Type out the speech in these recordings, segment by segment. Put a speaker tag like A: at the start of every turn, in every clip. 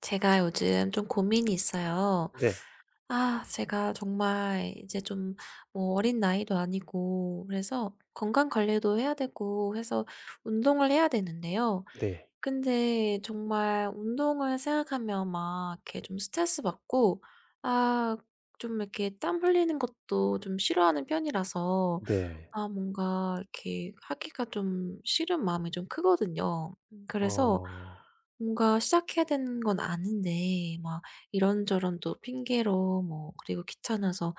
A: 제가 요즘 좀 고민이 있어요.
B: 네.
A: 아, 제가 정말 이제 좀 뭐 어린 나이도 아니고, 그래서 건강 관리도 해야 되고 해서 운동을 해야 되는데요.
B: 네.
A: 근데 정말 운동을 생각하면 막 이렇게 좀 스트레스 받고, 아, 좀 이렇게 땀 흘리는 것도 좀 싫어하는 편이라서
B: 네.
A: 아, 뭔가 이렇게 하기가 좀 싫은 마음이 좀 크거든요. 그래서
B: 어.
A: 뭔가 시작해야 되는 건 아는데, 막 이런저런 또 핑계로 뭐, 그리고 귀찮아서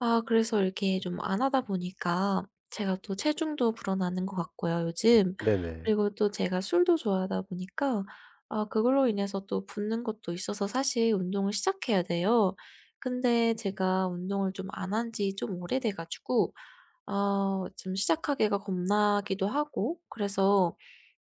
A: 아, 그래서 이렇게 좀 안 하다 보니까 제가 또 체중도 불어나는 것 같고요, 요즘.
B: 네네.
A: 그리고 또 제가 술도 좋아하다 보니까 아, 그걸로 인해서 또 붓는 것도 있어서 사실 운동을 시작해야 돼요. 근데 제가 운동을 좀 안 한 지 좀 오래돼 가지고 어, 좀 시작하기가 겁나기도 하고 그래서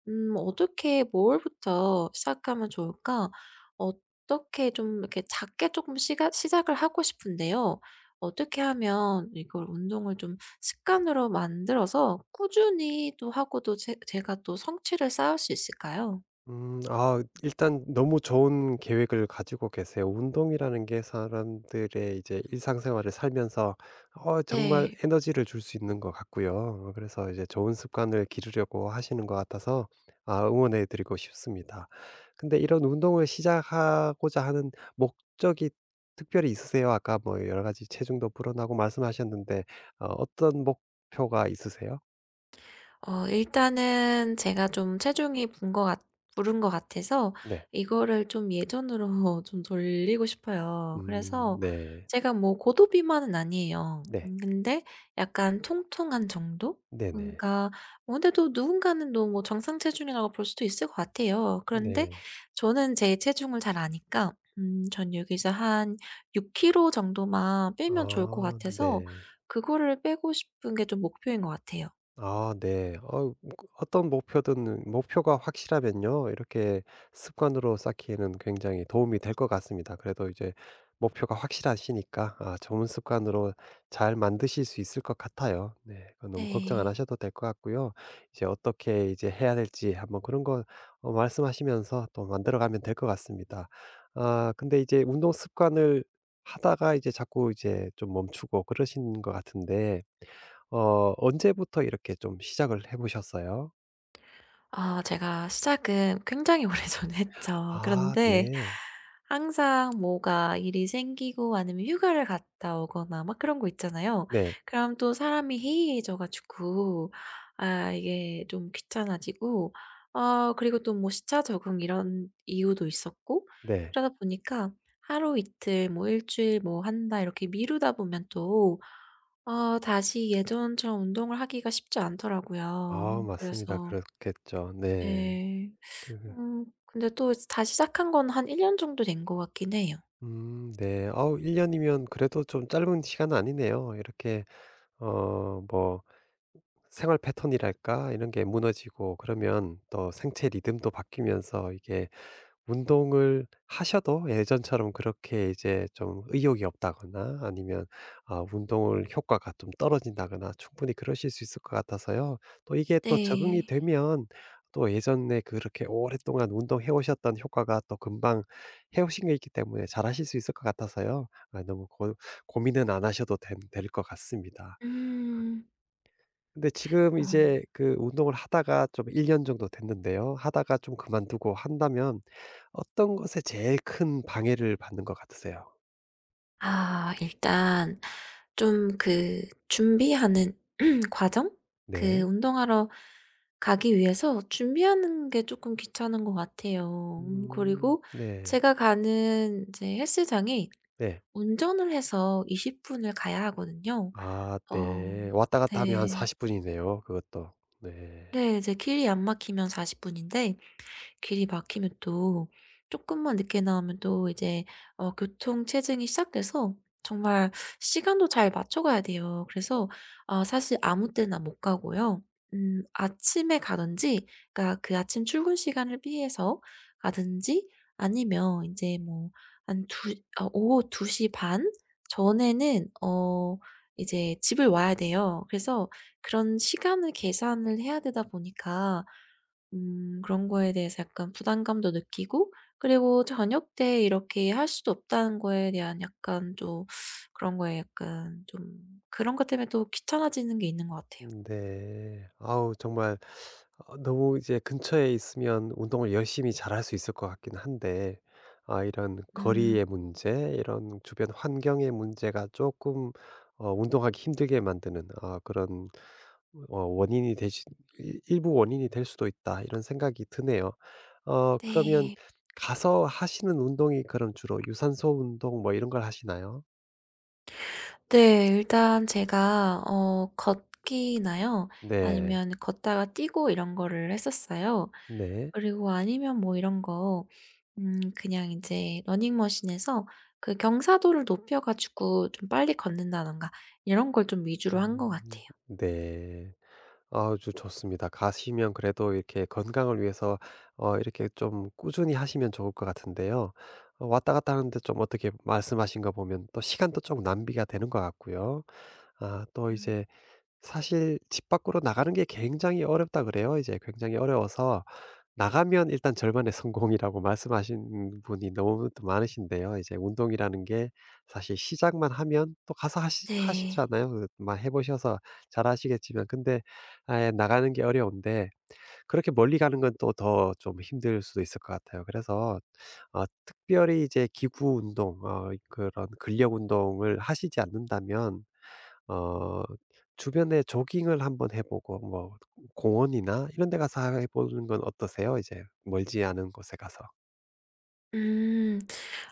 A: 어떻게 뭘부터 시작하면 좋을까? 어떻게 좀 이렇게 작게 조금 시가 시작을 하고 싶은데요. 어떻게 하면 이걸 운동을 좀 습관으로 만들어서 꾸준히 또 하고, 또 제 제가 또 성취를 쌓을 수 있을까요?
B: 아 일단 너무 좋은 계획을 가지고 계세요. 운동이라는 게 사람들의 이제 일상생활을 살면서 정말
A: 네.
B: 에너지를 줄 수 있는 것 같고요. 그래서 이제 좋은 습관을 기르려고 하시는 것 같아서 아 응원해 드리고 싶습니다. 근데 이런 운동을 시작하고자 하는 목적이 특별히 있으세요? 아까 뭐 여러 가지 체중도 불어나고 말씀하셨는데 어떤 목표가 있으세요?
A: 어, 일단은 제가 좀 체중이 분 것 같 부른 것 같아서
B: 네.
A: 이거를 좀 예전으로 좀 돌리고 싶어요. 그래서
B: 네.
A: 제가 뭐 고도 비만은 아니에요.
B: 네.
A: 근데 약간 통통한 정도?
B: 네 네.
A: 그러니까 뭐, 근데 또 누군가는 또 뭐 정상 체중이라고 볼 수도 있을 것 같아요. 그런데
B: 네.
A: 저는 제 체중을 잘 아니까 전 여기서 한 6 킬로 정도만 빼면 좋을 것
B: 아
A: 같아서,
B: 네.
A: 그거를 빼고 싶은 게 좀 목표인 것 같아요.
B: 아 네. 어떤 목표든 목표가 확실하면요. 이렇게 습관으로 쌓기에는 굉장히 도움이 될 것 같습니다. 그래도 이제 목표가 확실하시니까 아 좋은 습관으로 잘 만드실 수 있을 것 같아요. 네. 그 너무 걱정 안
A: 네.
B: 하셔도 될 것 같고요. 이제 어떻게 이제 해야 될지 한번 그런 거 말씀하시면서 또 만들어 가면 될 것 같습니다. 아 근데 이제 운동 습관을 하다가 이제 자꾸 이제 좀 멈추고 그러신 것 같은데 언제부터 이렇게 좀 시작을 해 보셨어요?
A: 아, 제가 시작은 굉장히 오래전에 했죠.
B: 아
A: 그런데
B: 네.
A: 항상 뭐가 일이 생기고, 아니면 휴가를 갔다 오거나 막 그런 거 있잖아요.
B: 네.
A: 그럼 또 사람이 해이해져 가지고 아, 이게 좀 귀찮아지고, 어, 그리고 또 뭐 시차 적응 이런 이유도 있었고,
B: 네.
A: 그러다 보니까 하루 이틀 뭐 일 주일 뭐 한 달 이렇게 미루다 보면 또 어, 다시 예전처럼 운동을 하기가 쉽지 않더라고요.
B: 아 맞습니다.
A: 그래서.
B: 그렇겠죠. 네.
A: 네.
B: 그
A: 근데 또 다시 시작한 건 한 1년 정도 된 것 같긴 해요.
B: 네. 아우 1 년이면 그래도 좀 짧은 시간은 아니네요. 이렇게 뭐 생활 패턴이랄까 이런 게 무너지고 그러면 또 생체 리듬도 바뀌면서 이게 운동을 하셔도 예전처럼 그렇게 이제 좀 의욕이 없다거나 아니면 아 운동을 효과가 좀 떨어진다거나 충분히 그러실 수 있을 것 같아서요. 또 이게 또 적응이
A: 네.
B: 되면 또 예전에 그렇게 오랫동안 운동해 오셨던 효과가 또 금방 해 오신 게 있기 때문에 잘하실 수 있을 것 같아서요. 아 너무 고 고민은 안 하셔도 될 것 같습니다.
A: 음.
B: 근데 지금
A: 어.
B: 이제 그 운동을 하다가 좀 1년 정도 됐는데요. 하다가 좀 그만두고 한다면 어떤 것에 제일 큰 방해를 받는 것 같으세요?
A: 아, 일단 좀 그 준비하는 과정? 그
B: 네.
A: 운동하러 가기 위해서 준비하는 게 조금 귀찮은 것 같아요.
B: 음.
A: 그리고
B: 네.
A: 제가 가는 이제 헬스장이
B: 네.
A: 운전을 해서 20 분을 가야 하거든요.
B: 아
A: 어.
B: 네. 왔다 갔다 하면 한
A: 네.
B: 40 분이네요 그것도. 네.
A: 네. 이제 길이 안 막히면 40 분인데, 길이 막히면 또 조금만 늦게 나오면 또 이제 어, 교통 체증이 시작돼서 정말 시간도 잘 맞춰 가야 돼요. 그래서 아, 사실 아무 때나 못 가고요. 아침에 가든지, 그러니까 그 아침 출근 시간을 피해서 가든지, 아니면 인제 뭐 한 두 어 오후 2시 반 전에는 어, 이제 집을 와야 돼요. 그래서 그런 시간을 계산을 해야 되다 보니까 그런 거에 대해서 약간 부담감도 느끼고, 그리고 저녁 때 이렇게 할 수도 없다는 거에 대한 약간 좀, 그런 거에 약간 좀, 그런 것 때문에 또 귀찮아지는 게 있는 것 같아요.
B: 네. 아우 정말 너무 이제 근처에 있으면 운동을 열심히 잘 할 수 있을 것 같긴 한데 아 이런
A: 음.
B: 거리의 문제 이런 주변 환경의 문제가 조금 운동하기 힘들게 만드는 아 그런 원인이 되시 일 일부 원인이 될 수도 있다 이런 생각이 드네요. 그러면
A: 네.
B: 가서 하시는 운동이 그럼 주로 유산소 운동 뭐 이런 걸 하시나요?
A: 네. 일단 제가 어, 걷기나요,
B: 네.
A: 아니면 걷다가 뛰고 이런 거를 했었어요.
B: 네.
A: 그리고 아니면 뭐 이런 거, 그냥 인제 러닝머신에서 그 경사도를 높여 가지고 좀 빨리 걷는다든가 이런 걸 좀 위주로 한 것
B: 음.
A: 같아요.
B: 네. 아주 좋습니다. 가시면 그래도 이렇게 건강을 위해서 이렇게 좀 꾸준히 하시면 좋을 것 같은데요. 왔다 갔다 하는데 좀 어떻게 말씀하신 거 보면 또 시간도 좀 낭비가 되는 것 같고요. 아 또
A: 음.
B: 이제 사실 집 밖으로 나가는 게 굉장히 어렵다 그래요. 이제 굉장히 어려워서 나가면 일단 절반의 성공이라고 말씀하신 분이 너무 또 많으신데요. 이제 운동이라는 게 사실 시작만 하면 또 가서
A: 네.
B: 하시잖아요. 막 해보셔서 잘 아시겠지만. 근데 아예 나가는 게 어려운데 그렇게 멀리 가는 건 또 더 좀 힘들 수도 있을 것 같아요. 그래서 특별히 이제 기구 운동 그런 근력 운동을 하시지 않는다면 어 주변에 조깅을 한번 해 보고 뭐 공원이나 이런 데 가서 해 보는 건 어떠세요? 이제 멀지 않은 곳에 가서.
A: 음.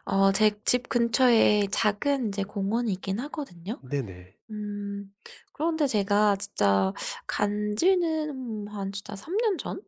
A: 어, 제 집 근처에 작은 이제 공원이 있긴 하거든요.
B: 네네.
A: 음. 그런데 제가 진짜 간 지는 한 진짜 3년 전에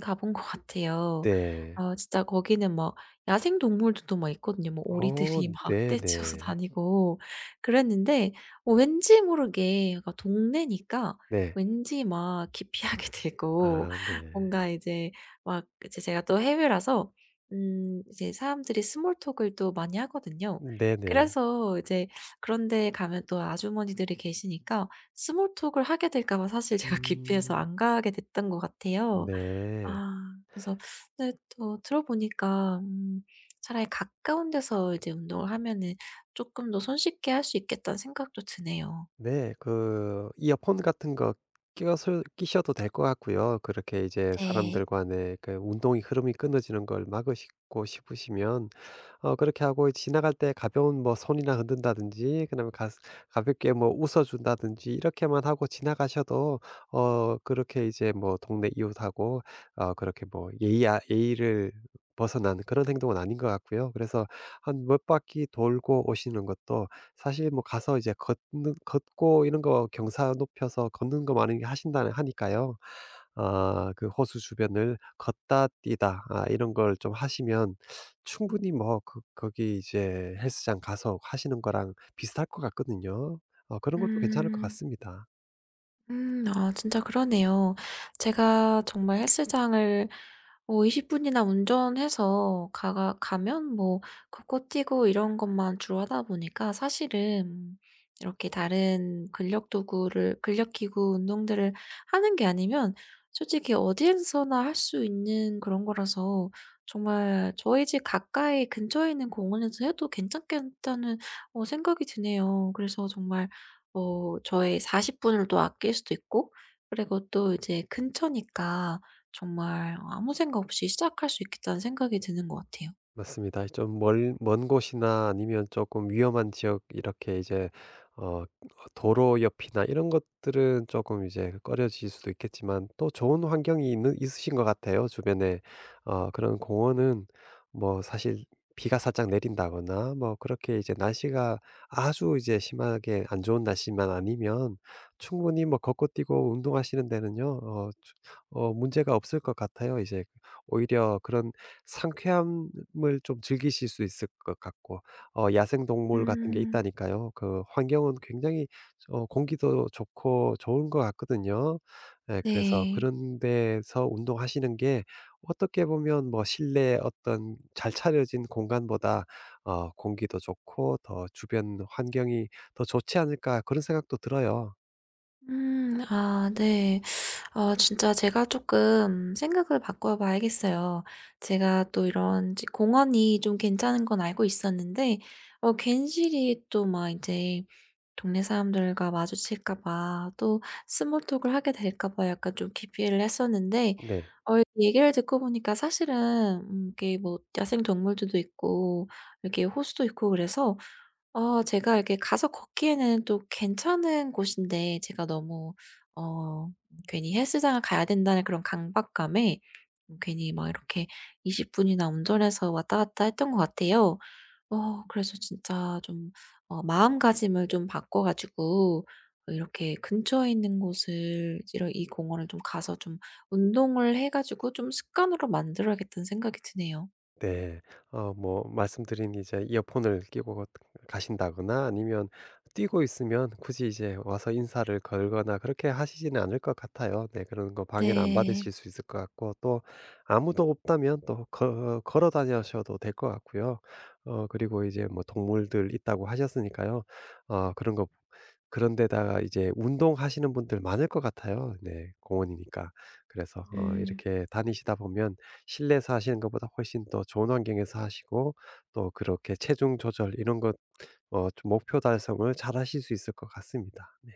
A: 가본 것 같아요.
B: 네.
A: 아, 진짜 거기는 막 야생 동물들도 막 있거든요. 뭐
B: 어
A: 오리들이 막 떼쳐서
B: 네네.
A: 다니고 그랬는데 어, 왠지 모르게 약간 동네니까
B: 네.
A: 왠지 막 기피하게 되고,
B: 아 네.
A: 뭔가 이제 막 이제 제가 또 해외라서 이제 사람들이 스몰 톡을 또 많이 하거든요.
B: 네네.
A: 그래서 이제 그런 데 가면 또 아주머니들이 계시니까 스몰 톡을 하게 될까 봐 사실 제가 기피해서
B: 음.
A: 안 가게 됐던 것 같아요.
B: 네.
A: 아, 그래서 근데 또 들어보니까 '차라리 가까운 데서 이제 운동을 하면은 쪼끔 더 손쉽게 할 수 있겠다.'는 생각도 드네요.
B: 네. 그 이어폰 같은 거어서 끼셔도 될 것 같고요. 그렇게 이제 사람들
A: 네.
B: 간의 그 운동이 흐름이 끊어지는 걸 막으시고 싶으시면 그렇게 하고 지나갈 때 가벼운 뭐 손이나 흔든다든지 그다음에 가 가볍게 뭐 웃어 준다든지 이렇게만 하고 지나가셔도 그렇게 이제 뭐 동네 이웃하고 그렇게 뭐 예의를 벗어난 그런 행동은 아닌 것 같고요. 그래서 한 몇 바퀴 돌고 오시는 것도 사실 뭐 가서 이제 걷는 걷고 이런 거 경사 높여서 걷는 거 많이 하신다 하니까요. 아 그 호수 주변을 걷다 뛰다 아 이런 걸 좀 하시면 충분히 뭐 그 거기 이제 헬스장 가서 하시는 거랑 비슷할 것 같거든요. 그런 것도 괜찮을 것
A: 음.
B: 같습니다.
A: 음. 아, 진짜 그러네요. 제가 정말 헬스장을 뭐 20 분이나 운전해서 가가 가면 뭐 걷고 뛰고 이런 것만 주로 하다 보니까, 사실은 이렇게 다른 근력 기구 운동들을 하는 게 아니면 솔직히 어디에서나 할 수 있는 그런 거라서 정말 저희 집 가까이 근처에 있는 공원에서 해도 괜찮겠다는 어, 생각이 드네요. 그래서 정말 뭐 저의 40 분을 또 아낄 수도 있고, 그리고 또 이제 근처니까 정말 아무 생각 없이 시작할 수 있겠다는 생각이 드는 것 같아요.
B: 맞습니다. 좀 멀 먼 곳이나 아니면 조금 위험한 지역 이렇게 이제 어 도로 옆이나 이런 것들은 조금 이제 꺼려질 수도 있겠지만 또 좋은 환경이 있는 있으신 것 같아요 주변에. 그런 공원은 뭐 사실 비가 살짝 내린다거나 뭐 그렇게 이제 날씨가 아주 이제 심하게 안 좋은 날씨만 아니면 충분히 뭐 걷고 뛰고 운동하시는 데는요 어 주 어 문제가 없을 것 같아요. 이제 오히려 그런 상쾌함을 좀 즐기실 수 있을 것 같고 야생 동물 같은 게
A: 음.
B: 있다니까요. 그 환경은 굉장히 공기도 좋고 좋은 것 같거든요. 예 그래서
A: 네.
B: 그런 데서 운동하시는 게 어떻게 보면 뭐 실내 어떤 잘 차려진 공간보다 공기도 좋고 더 주변 환경이 더 좋지 않을까 그런 생각도 들어요.
A: 음. 아, 네. 아, 진짜 제가 조금 생각을 바꿔 봐야겠어요. 제가 또 이런 공원이 좀 괜찮은 건 알고 있었는데 어, 괜시리 또 막 이제 동네 사람들과 마주칠까 봐, 또 스몰 톡을 하게 될까 봐 약간 좀 기피를 했었는데
B: 네.
A: 어, 얘기를 듣고 보니까 사실은 이게 뭐 야생동물들도 있고 이렇게 호수도 있고 그래서 어, 제가 이렇게 가서 걷기에는 또 괜찮은 곳인데, 제가 너무 어, 괜히 헬스장을 가야 된다는 그런 강박감에 괜히 막 이렇게 20 분이나 운전해서 왔다 갔다 했던 것 같아요. 어, 그래서 진짜 좀 어, 마음가짐을 좀 바꿔 가지고 어, 이렇게 근처에 있는 곳을, 이런 이 공원을 좀 가서 좀 운동을 해 가지고 좀 습관으로 만들어야겠다는 생각이 드네요.
B: 네. 뭐 말씀드린 이제 이어폰을 끼고 가신다거나 아니면 뛰고 있으면 굳이 이제 와서 인사를 걸거나 그렇게 하시지는 않을 것 같아요. 네. 그런 거 방해는 안
A: 네.
B: 받으실 수 있을 것 같고 또 아무도 없다면 또 거 걸어 다니셔도 될 것 같고요. 그리고 이제 뭐 동물들 있다고 하셨으니까요. 어 그런 거 그런 데다가 이제 운동하시는 분들 많을 것 같아요. 네. 공원이니까. 그래서
A: 음.
B: 이렇게 다니시다 보면 실내에서 하시는 것보다 훨씬 더 좋은 환경에서 하시고 또 그렇게 체중 조절 이런 것 좀 목표 달성을 잘하실 수 있을 것 같습니다. 네.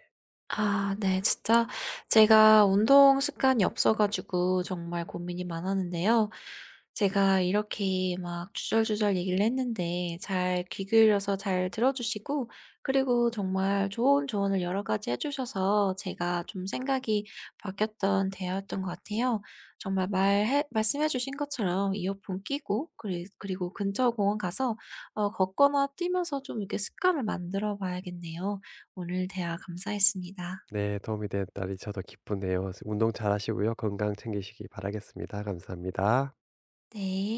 A: 아, 네. 진짜 제가 운동 습관이 없어 가지고 정말 고민이 많았는데요. 제가 이렇게 막 주절주절 얘기를 했는데 잘 귀 기울여서 잘 들어 주시고, 그리고 정말 좋은 조언을 여러 가지 해 주셔서 제가 좀 생각이 바뀌었던 대화였던 것 같아요. 정말 말해 말씀해 주신 것처럼 이어폰 끼고 그리고 근처 공원 가서 어, 걷거나 뛰면서 좀 이렇게 습관을 만들어 봐야겠네요. 오늘 대화 감사했습니다.
B: 네. 도움이 된딸다니 저도 기쁘네요. 운동 잘하시고요. 건강 챙기시기 바라겠습니다. 감사합니다.
A: 네.